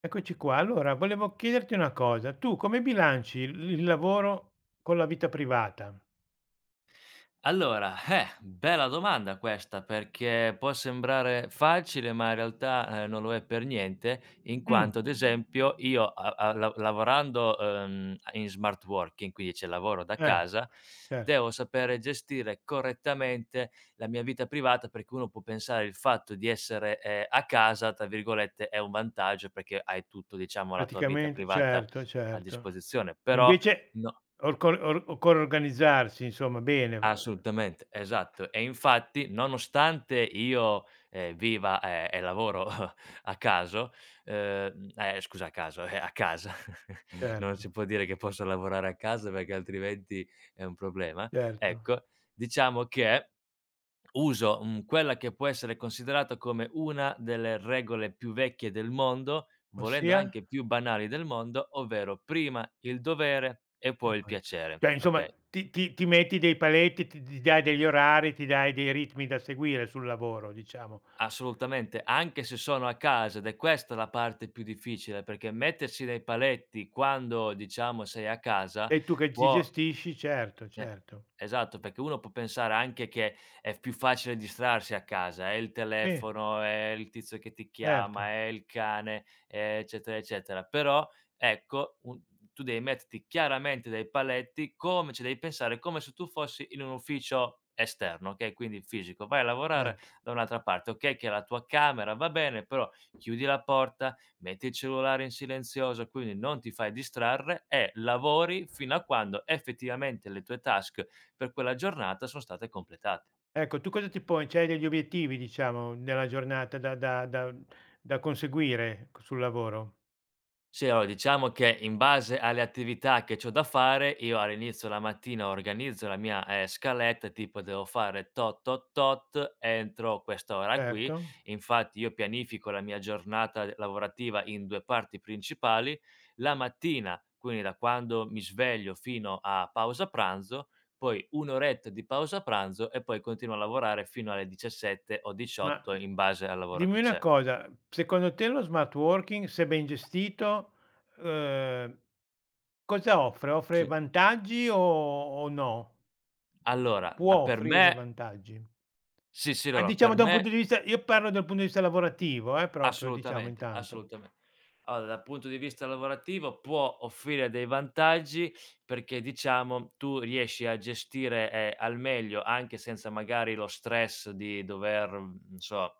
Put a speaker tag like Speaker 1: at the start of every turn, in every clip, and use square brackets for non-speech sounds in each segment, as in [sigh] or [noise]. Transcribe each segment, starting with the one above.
Speaker 1: Eccoci qua. Allora volevo chiederti una cosa: tu come bilanci il lavoro con la vita privata?
Speaker 2: Allora, bella domanda questa, perché può sembrare facile, ma in realtà, non lo è per niente, in
Speaker 1: Mh,
Speaker 2: quanto ad esempio io a a la lavorando, a in smart working, quindi cioè lavoro da
Speaker 1: eh,
Speaker 2: casa,
Speaker 1: cer
Speaker 2: devo sapere gestire correttamente la mia vita privata, perché uno può pensare il fatto di essere, "a casa", tra virgolette, è un vantaggio perché hai tutto, diciamo, la tua vita
Speaker 1: Praticamente
Speaker 2: privata
Speaker 1: certo,
Speaker 2: a
Speaker 1: certo.
Speaker 2: disposizione, però
Speaker 1: Invece
Speaker 2: no.
Speaker 1: orco or occorre organizzarsi insomma bene,
Speaker 2: Assolutamente, esatto. E infatti nonostante io, viva, e lavoro [laughs] a caso, scusa a caso, a casa, [laughs] non si
Speaker 1: certo,
Speaker 2: può dire che posso lavorare a casa perché altrimenti è un problema,
Speaker 1: certo.
Speaker 2: ecco, diciamo che uso, quella che può essere considerata come una delle regole più vecchie del mondo, volendo
Speaker 1: Ossia?
Speaker 2: anche più banali del mondo, ovvero prima il dovere e poi il
Speaker 1: [unintelligible]
Speaker 2: piacere,
Speaker 1: Cioè insomma
Speaker 2: okay?
Speaker 1: ti metti dei paletti, ti dai degli orari, ti dai dei ritmi da seguire sul lavoro diciamo.
Speaker 2: Assolutamente, anche se sono a casa ed è questa la parte più difficile, perché mettersi dei paletti quando, diciamo, sei a casa
Speaker 1: Sei tu che ti
Speaker 2: può
Speaker 1: gestisci, certo,
Speaker 2: eh,
Speaker 1: certo.
Speaker 2: esatto, perché uno può pensare anche che è più facile distrarsi a casa, è il
Speaker 1: Sì,
Speaker 2: telefono, è il tizio che ti chiama,
Speaker 1: certo,
Speaker 2: è il cane, è eccetera, eccetera. Però, ecco, un tu devi metterti chiaramente dei paletti, come ci devi pensare come se tu fossi in un ufficio esterno, okay, quindi fisico. Vai a lavorare
Speaker 1: certo.
Speaker 2: da un'altra parte, okay, che la tua camera va bene, però chiudi la porta, metti il cellulare in silenzioso, quindi non ti fai distrarre e lavori fino a quando effettivamente le tue task per quella giornata sono state completate.
Speaker 1: Ecco, tu cosa ti poni? C'hai degli obiettivi diciamo nella giornata da conseguire sul lavoro?
Speaker 2: Sì, allora diciamo che in base alle attività che c'ho da fare, io all'inizio la mattina organizzo la mia, scaletta, tipo devo fare tot, tot, tot entro quest'ora qui.
Speaker 1: Certo,
Speaker 2: Infatti io pianifico la mia giornata d lavorativa in 2 parti principali: la mattina, quindi da quando mi sveglio fino a pausa pranzo, poi 1 oretta di pausa pranzo e poi continuo a lavorare fino alle 17 o
Speaker 1: ma
Speaker 2: 18 in base al lavoro
Speaker 1: dimmi
Speaker 2: che
Speaker 1: una
Speaker 2: c'è.
Speaker 1: cosa, secondo te lo smart working, se ben gestito, uhm, cosa offre? Offre
Speaker 2: Sì.
Speaker 1: vantaggi o no?
Speaker 2: Allora,
Speaker 1: Può
Speaker 2: a per
Speaker 1: offrire
Speaker 2: me.
Speaker 1: vantaggi?
Speaker 2: Sì, sì,
Speaker 1: Ah,
Speaker 2: allora
Speaker 1: diciamo
Speaker 2: per
Speaker 1: da un punto di
Speaker 2: me
Speaker 1: vista, io parlo dal punto di vista lavorativo, proprio diciamo
Speaker 2: assolutamente,
Speaker 1: intanto.
Speaker 2: assolutame Allora, dal punto di vista lavorativo può offrire dei vantaggi perché diciamo tu riesci a gestire, al meglio, anche senza magari lo stress di dover, non so.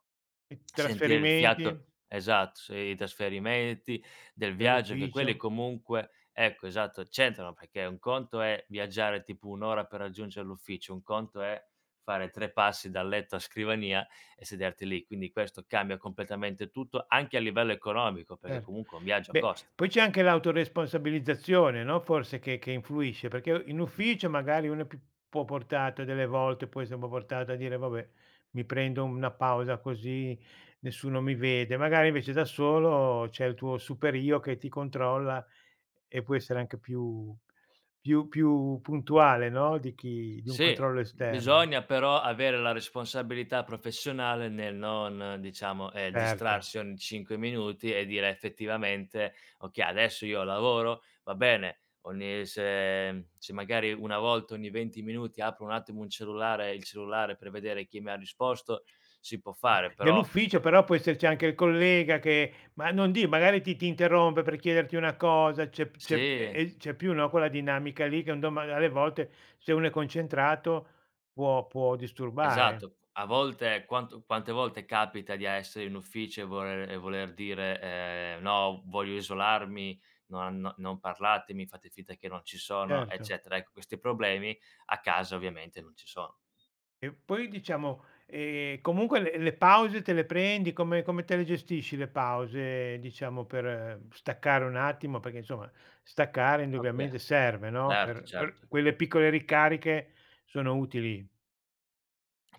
Speaker 1: I
Speaker 2: Sentire il
Speaker 1: trasferimenti,
Speaker 2: fiato esatto, sì, i trasferimenti, del viaggio che quelli
Speaker 1: dell'ufficio.
Speaker 2: comunque ecco, esatto, c'entrano perché un conto è viaggiare tipo 1 ora per raggiungere l'ufficio, un conto è fare 3 passi dal letto a scrivania e sederti lì. Quindi questo cambia completamente tutto, anche a livello economico, perché
Speaker 1: Certo.
Speaker 2: comunque un viaggio
Speaker 1: Beh,
Speaker 2: costa.
Speaker 1: poi c'è anche l'autoresponsabilizzazione, no, forse, che influisce, perché in ufficio magari uno è più po' portato delle volte, poi siamo portati a dire: "Vabbè, mi prendo una pausa così nessuno mi vede." Magari invece da solo c'è il tuo super io che ti controlla e può essere anche più più puntuale, no, di chi di un
Speaker 2: Sì,
Speaker 1: controllo esterno.
Speaker 2: bisogna però avere la responsabilità professionale nel non, diciamo,
Speaker 1: Certo.
Speaker 2: distrarsi ogni 5 minuti e dire effettivamente: "Okay, adesso io lavoro, va bene, ogni se magari una volta ogni 20 minuti apro un attimo un cellulare il cellulare per vedere chi mi ha risposto, si può fare, però
Speaker 1: Dell'ufficio
Speaker 2: de"
Speaker 1: però può esserci anche il collega che, ma non di magari ti interrompe per chiederti una cosa, c'è p c'è
Speaker 2: sì.
Speaker 1: e c'è più, no, quella dinamica lì che un doma alle volte se uno è concentrato può disturbare,
Speaker 2: Esatto. A volte quanto quante volte capita di essere in ufficio e voler dire: "No, voglio isolarmi, non parlatemi, fate finta che non ci sono",
Speaker 1: certo.
Speaker 2: eccetera. Ecco, questi problemi a casa ovviamente non ci sono.
Speaker 1: E poi diciamo, comunque le pause te le prendi? Come come te le gestisci le pause, diciamo, per staccare un attimo? Perché insomma, staccare
Speaker 2: Okay,
Speaker 1: indubbiamente serve, no,
Speaker 2: certo,
Speaker 1: per
Speaker 2: certo.
Speaker 1: quelle piccole ricariche sono utili.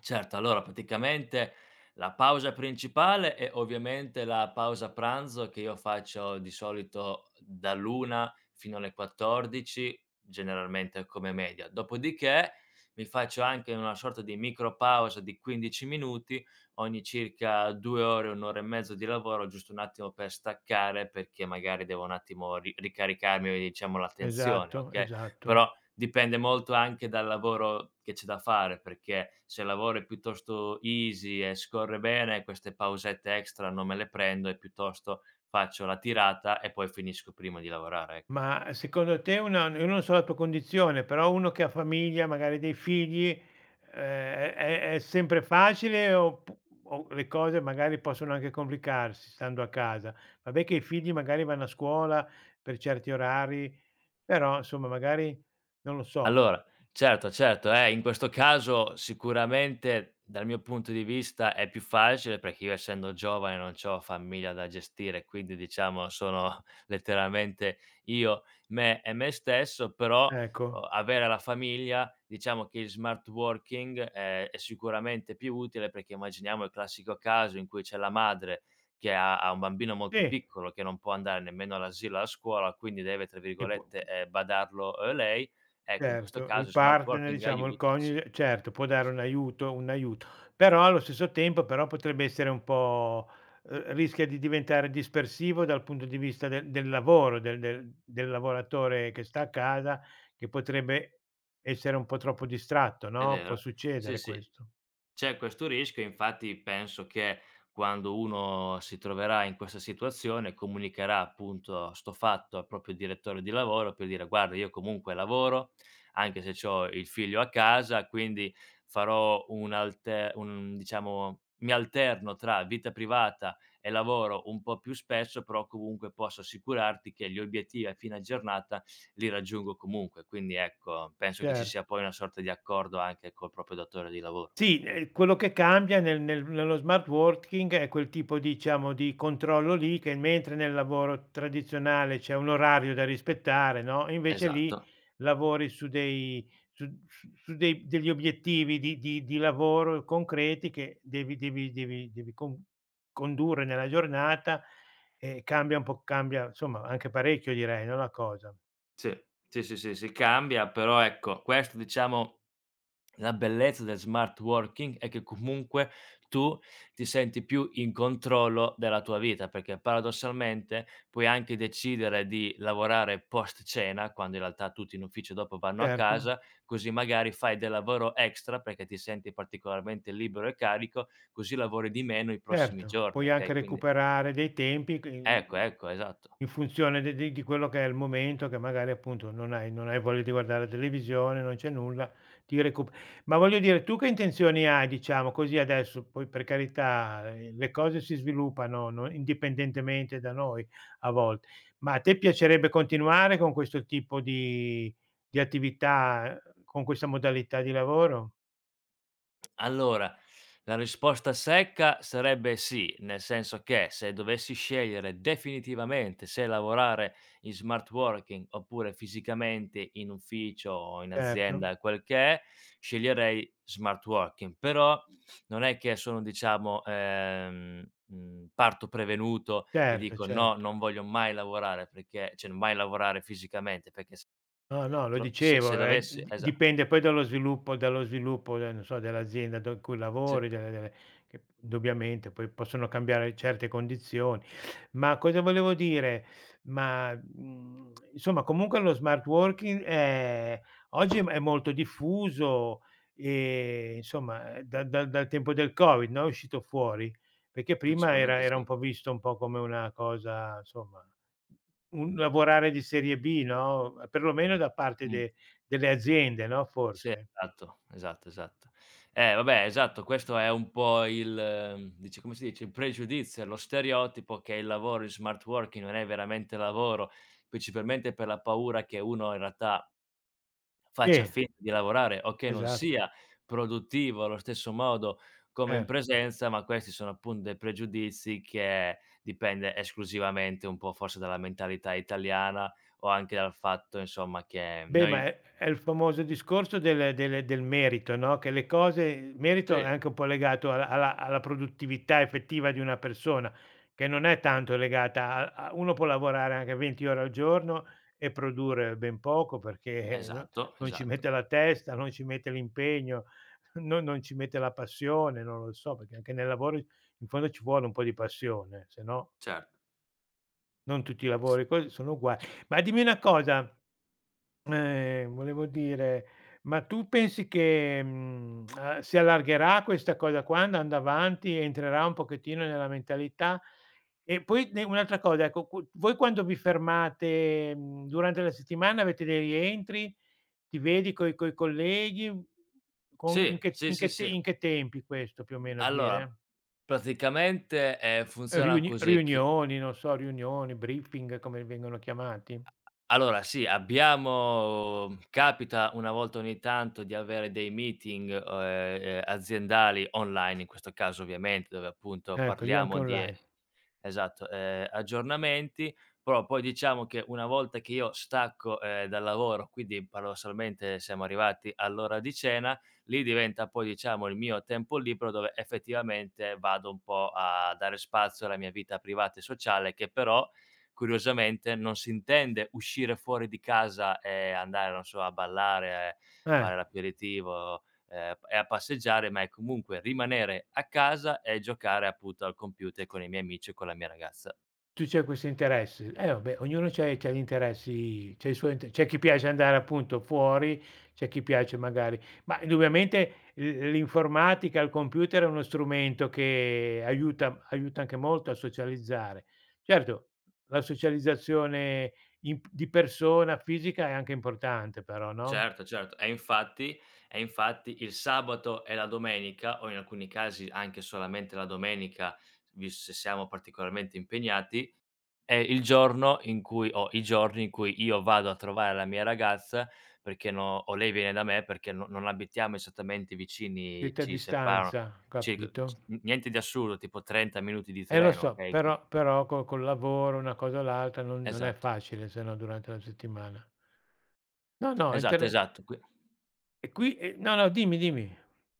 Speaker 2: Certo, allora praticamente la pausa principale è ovviamente la pausa pranzo che io faccio di solito dall'1 fino alle 14, generalmente come media. Dopodiché mi faccio anche una sorta di micro pausa di 15 minuti ogni circa 2 ore, 1 ora e mezzo di lavoro, giusto un attimo per staccare perché magari devo un attimo ri ricaricarmi, diciamo, la tensione,
Speaker 1: Esatto,
Speaker 2: okay,
Speaker 1: esatto.
Speaker 2: però dipende molto anche dal lavoro che c'è da fare, perché se il lavoro è piuttosto easy e scorre bene, queste pausette extra non me le prendo e piuttosto faccio la tirata e poi finisco prima di lavorare, ecco.
Speaker 1: Ma secondo te, una, io non so la tua condizione, però uno che ha famiglia, magari dei figli, è sempre facile, oppu o le cose magari possono anche complicarsi stando a casa? Vabbè che i figli magari vanno a scuola per certi orari, però insomma magari non lo so,
Speaker 2: Allora, certo, certo, in questo caso sicuramente dal mio punto di vista è più facile perché io essendo giovane non c'ho famiglia da gestire, quindi diciamo sono [laughs] letteralmente io, me e me stesso, però
Speaker 1: ecco.
Speaker 2: o avere la famiglia, diciamo che il smart working, è sicuramente più utile perché immaginiamo il classico caso in cui c'è la madre che ha un bambino molto
Speaker 1: Sì,
Speaker 2: piccolo che non può andare nemmeno all'asilo, alla scuola, quindi deve, tra
Speaker 1: e può
Speaker 2: virgolette, "badarlo", lei. Ecco, in questo
Speaker 1: Certo, il
Speaker 2: caso smart
Speaker 1: partner,
Speaker 2: working
Speaker 1: diciamo il
Speaker 2: aiuta, sì,
Speaker 1: coniuge, certo può dare un aiuto, un aiuto, però allo stesso tempo però potrebbe essere un po' rischia di diventare dispersivo dal punto di vista del lavoro, del lavoratore che sta a casa, che potrebbe essere un po' troppo distratto,
Speaker 2: è
Speaker 1: no, può
Speaker 2: vero. Sì,
Speaker 1: succedere
Speaker 2: sì.
Speaker 1: questo.
Speaker 2: C'è questo rischio, infatti penso che quando uno si troverà in questa situazione comunicherà appunto sto fatto al proprio direttore di lavoro per dire: "Guarda io comunque lavoro, anche se c'ho il figlio a casa, quindi farò un alte un diciamo mi alterno tra vita privata e lavoro un po' più spesso, però comunque posso assicurarti che gli obiettivi a fine giornata li raggiungo comunque." Quindi ecco, penso che ci
Speaker 1: Certo.
Speaker 2: sia poi una sorta di accordo anche col proprio datore di lavoro.
Speaker 1: Sì, quello che cambia nello smart working è quel tipo, diciamo, di controllo lì, che mentre nel lavoro tradizionale c'è un orario da rispettare, no, invece lì
Speaker 2: Esatto.
Speaker 1: lavori su dei su su su dei degli obiettivi di lavoro concreti che devi con condurre nella giornata e cambia un po', cambia, insomma, anche parecchio direi, no, la cosa.
Speaker 2: Sì, sì, sì, sì, sì, cambia, però ecco, questo diciamo la bellezza del smart working è che comunque tu ti senti più in controllo della tua vita, perché paradossalmente puoi anche decidere di lavorare post cena, quando in realtà tutti in ufficio dopo vanno a
Speaker 1: Certo.
Speaker 2: casa, così magari fai del lavoro extra perché ti senti particolarmente libero e carico, così lavori di meno i prossimi
Speaker 1: Certo,
Speaker 2: giorni,
Speaker 1: puoi anche
Speaker 2: okay, quindi
Speaker 1: recuperare dei tempi che in
Speaker 2: ecco, ecco, esatto.
Speaker 1: in funzione de di quello che è il momento, che magari appunto non hai voglia di guardare la televisione, non c'è nulla, ti recu, ma voglio dire, tu che intenzioni hai, diciamo, così adesso, poi per carità, le cose si sviluppano, no, indipendentemente da noi a volte, ma a te piacerebbe continuare con questo tipo di attività, con questa modalità di lavoro?
Speaker 2: Allora, la risposta secca sarebbe sì, nel senso che se dovessi scegliere definitivamente se lavorare in smart working oppure fisicamente in ufficio o in
Speaker 1: Certo,
Speaker 2: azienda, quel che è, sceglierei smart working. Però non è che sono, diciamo, parto prevenuto e
Speaker 1: certo,
Speaker 2: dico:
Speaker 1: cer
Speaker 2: "No, non voglio mai lavorare perché" cioè mai lavorare fisicamente perché s
Speaker 1: No, no, lo
Speaker 2: tro se se
Speaker 1: dicevo,
Speaker 2: dovessi
Speaker 1: d
Speaker 2: esa
Speaker 1: dipende poi dallo sviluppo, dallo sviluppo de non so, dell'azienda do in cui
Speaker 2: sì,
Speaker 1: lavori, delle che indubbiamente poi possono cambiare certe condizioni. Ma cosa volevo dire? Ma, insomma, comunque lo smart working è oggi è molto diffuso e insomma, da dal tempo del Covid, no, è uscito fuori, perché prima era
Speaker 2: principalmente
Speaker 1: era
Speaker 2: sì.
Speaker 1: un po' visto un po' come una cosa, insomma, un lavorare di serie B, no, perlomeno da parte
Speaker 2: Mh.
Speaker 1: de delle aziende, no,
Speaker 2: Sì,
Speaker 1: forse.
Speaker 2: esatto, esatto, esatto. Vabbè, esatto, questo è un po' il dice come si dice, il pregiudizio, lo stereotipo che il lavoro in smart working non è veramente lavoro, principalmente per la paura che uno in realtà faccia
Speaker 1: Sì,
Speaker 2: finta di lavorare o che non
Speaker 1: esatto,
Speaker 2: sia produttivo allo stesso modo come in
Speaker 1: cer
Speaker 2: presenza, ma questi sono appunto dei pregiudizi che dipende esclusivamente un po' forse dalla mentalità italiana o anche dal fatto insomma che
Speaker 1: Beh, ma
Speaker 2: noi
Speaker 1: è il famoso discorso del merito, no, che le cose, il merito è
Speaker 2: sì,
Speaker 1: anche un po' legato alla produttività effettiva di una persona, che non è tanto legata a a uno può lavorare anche 20 ore al giorno e produrre ben poco perché no,
Speaker 2: esatto,
Speaker 1: non ci
Speaker 2: esatto.
Speaker 1: mette la testa, non ci mette l'impegno, [laughs] non ci mette la passione, non lo so, perché anche nel lavoro in fondo ci vuole un po' di passione, se no
Speaker 2: Certo.
Speaker 1: non tutti i
Speaker 2: S
Speaker 1: lavori così sono uguali. Ma dimmi una cosa, volevo dire, ma tu pensi che, si allargherà questa cosa qua andando avanti, entrerà un pochettino nella mentalità? E poi ne un'altra cosa, ecco, qu voi quando vi fermate, durante la settimana avete dei rientri? Ti vedi coi coi colleghi? Con
Speaker 2: sì, sì,
Speaker 1: in
Speaker 2: sì,
Speaker 1: che te
Speaker 2: sì.
Speaker 1: in che tempi questo più o meno
Speaker 2: Allora,
Speaker 1: avviene?
Speaker 2: praticamente, funziona
Speaker 1: Riuni
Speaker 2: così. Che
Speaker 1: riunioni, non so, riunioni, briefing come vengono chiamati?
Speaker 2: Allora sì, abbiamo capita una volta ogni tanto di avere dei meeting, aziendali online, in questo caso ovviamente, dove appunto
Speaker 1: Ecco, lì anche
Speaker 2: parliamo di e
Speaker 1: online.
Speaker 2: esatto, aggiornamenti, però poi diciamo che una volta che io stacco, dal lavoro, quindi paradossalmente siamo arrivati all'ora di cena, lì diventa poi diciamo il mio tempo libero dove effettivamente vado un po' a dare spazio alla mia vita privata e sociale che però curiosamente non si intende uscire fuori di casa e andare, non so, a ballare,
Speaker 1: Eh.
Speaker 2: fare l'aperitivo, e a passeggiare, ma è comunque rimanere a casa e giocare appunto al computer con i miei amici e con la mia ragazza.
Speaker 1: Tu c'hai questo interesse. Eh vabbè, ognuno c'ha gli interessi, c'ha i suoi inte, c'è chi piace andare appunto fuori, c'è chi piace magari, ma indubbiamente l l'informatica, il computer è uno strumento che aiuta anche molto a socializzare. Certo, la socializzazione in p di persona, fisica è anche importante però, no,
Speaker 2: Certo, certo. E infatti il sabato e la domenica, o in alcuni casi anche solamente la domenica, vis se siamo particolarmente impegnati, è il giorno in cui o i giorni in cui io vado a trovare la mia ragazza perché no o lei viene da me perché no non abitiamo esattamente vicini,
Speaker 1: siete a
Speaker 2: ci separano
Speaker 1: distanza,
Speaker 2: circa c
Speaker 1: capito?
Speaker 2: n niente di assurdo, tipo 30 minuti di
Speaker 1: Lo
Speaker 2: treno,
Speaker 1: so,
Speaker 2: okay, qui
Speaker 1: però però co col lavoro, una cosa o l'altra, non è
Speaker 2: esatto,
Speaker 1: facile se no durante la settimana. No, no,
Speaker 2: esatto,
Speaker 1: intere
Speaker 2: esatto. qui
Speaker 1: e qui e no, no, dimmi, dimmi.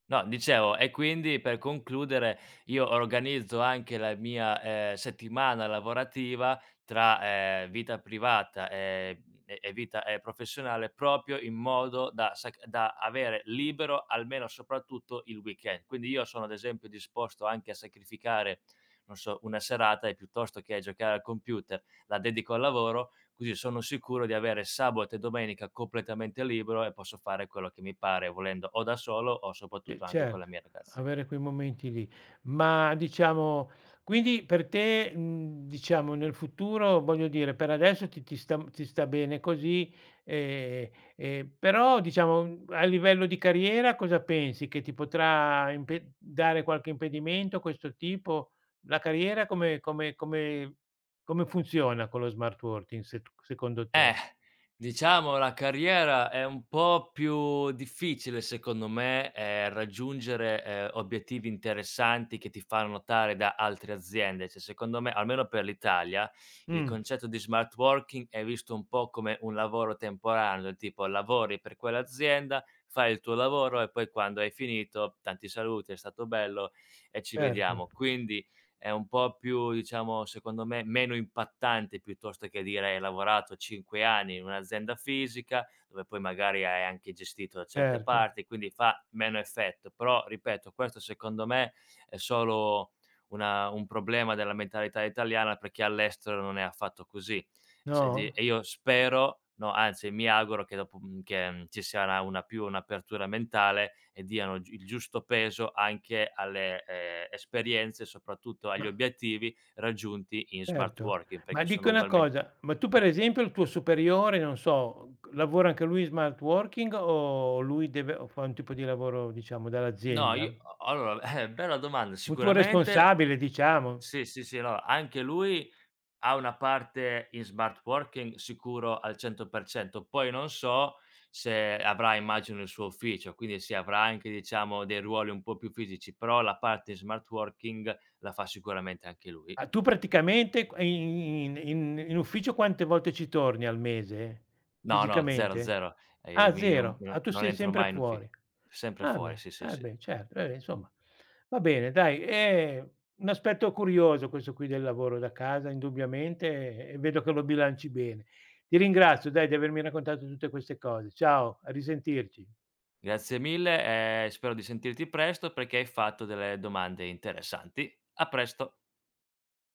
Speaker 2: No, dicevo, e quindi per concludere io organizzo anche la mia, settimana lavorativa tra, vita privata e vita, professionale proprio in modo da sac da avere libero almeno soprattutto il weekend. Quindi io sono ad esempio disposto anche a sacrificare, non so, una serata e piuttosto che giocare al computer la dedico al lavoro così sono sicuro di avere sabato e domenica completamente libero e posso fare quello che mi pare volendo o da solo o
Speaker 1: E
Speaker 2: soprattutto anche con la
Speaker 1: certo,
Speaker 2: mia ragazza.
Speaker 1: avere quei momenti lì. Ma diciamo quindi per te, diciamo nel futuro, voglio dire, per adesso ti sta ti sta bene così, ehm, però diciamo a livello di carriera cosa pensi? Che ti potrà impe dare qualche impedimento questo tipo? La carriera come come funziona con lo smart working se secondo te?
Speaker 2: Eh, diciamo la carriera è un po' più difficile secondo me, raggiungere, obiettivi interessanti che ti fanno notare da altre aziende. Cioè secondo me, almeno per l'Italia, il
Speaker 1: Mh,
Speaker 2: concetto di smart working è visto un po' come un lavoro temporaneo, del tipo lavori per quell'azienda, fai il tuo lavoro e poi quando hai finito, tanti saluti, è stato bello e ci
Speaker 1: certo,
Speaker 2: vediamo. Quindi è un po' più, diciamo, secondo me, meno impattante piuttosto che dire: "Hai lavorato 5 anni in un'azienda fisica, dove poi magari hai anche gestito da certe
Speaker 1: certo.
Speaker 2: parti", quindi fa meno effetto. Però, ripeto, questo secondo me è solo una un problema della mentalità italiana, perché all'estero non è affatto così. E se di
Speaker 1: No?
Speaker 2: e io spero, no, anzi, mi auguro che dopo che, ci sarà una più un'apertura mentale e diano gi il giusto peso anche alle, esperienze, soprattutto agli
Speaker 1: Ma
Speaker 2: obiettivi raggiunti in smart
Speaker 1: Certo,
Speaker 2: working,
Speaker 1: ma
Speaker 2: perché
Speaker 1: dico
Speaker 2: sono
Speaker 1: una
Speaker 2: ugualmente.
Speaker 1: cosa, ma tu per esempio il tuo superiore, non so, lavora anche lui in smart working o lui deve o fa un tipo di lavoro, diciamo,
Speaker 2: No,
Speaker 1: dall'azienda?
Speaker 2: io allora, [laughs] bella domanda.
Speaker 1: Un tuo
Speaker 2: Sicuramente
Speaker 1: responsabile, diciamo.
Speaker 2: sì, sì, sì, no, anche lui ha una parte in smart working sicuro al 100%, poi non so se avrà immagino il suo ufficio, quindi sì avrà anche diciamo dei ruoli un po' più fisici, però la parte in smart working la fa sicuramente anche lui.
Speaker 1: Ah, tu praticamente q in ufficio quante volte ci torni al mese?
Speaker 2: No, no, 0,
Speaker 1: Fisicamente?
Speaker 2: 0.
Speaker 1: Ah,
Speaker 2: Mi non
Speaker 1: 0. Ah,
Speaker 2: non
Speaker 1: tu
Speaker 2: non
Speaker 1: sei
Speaker 2: entro
Speaker 1: sempre
Speaker 2: mai in uffi
Speaker 1: fuori.
Speaker 2: sempre
Speaker 1: Ah
Speaker 2: fuori,
Speaker 1: beh,
Speaker 2: sì, sì,
Speaker 1: eh
Speaker 2: sì.
Speaker 1: beh, certo, insomma. Va bene dai, è un aspetto curioso questo qui del lavoro da casa indubbiamente e vedo che lo bilanci bene. Ti ringrazio dai di avermi raccontato tutte queste cose. Ciao, a risentirci.
Speaker 2: Grazie mille e spero di sentirti presto perché hai fatto delle domande interessanti. A presto.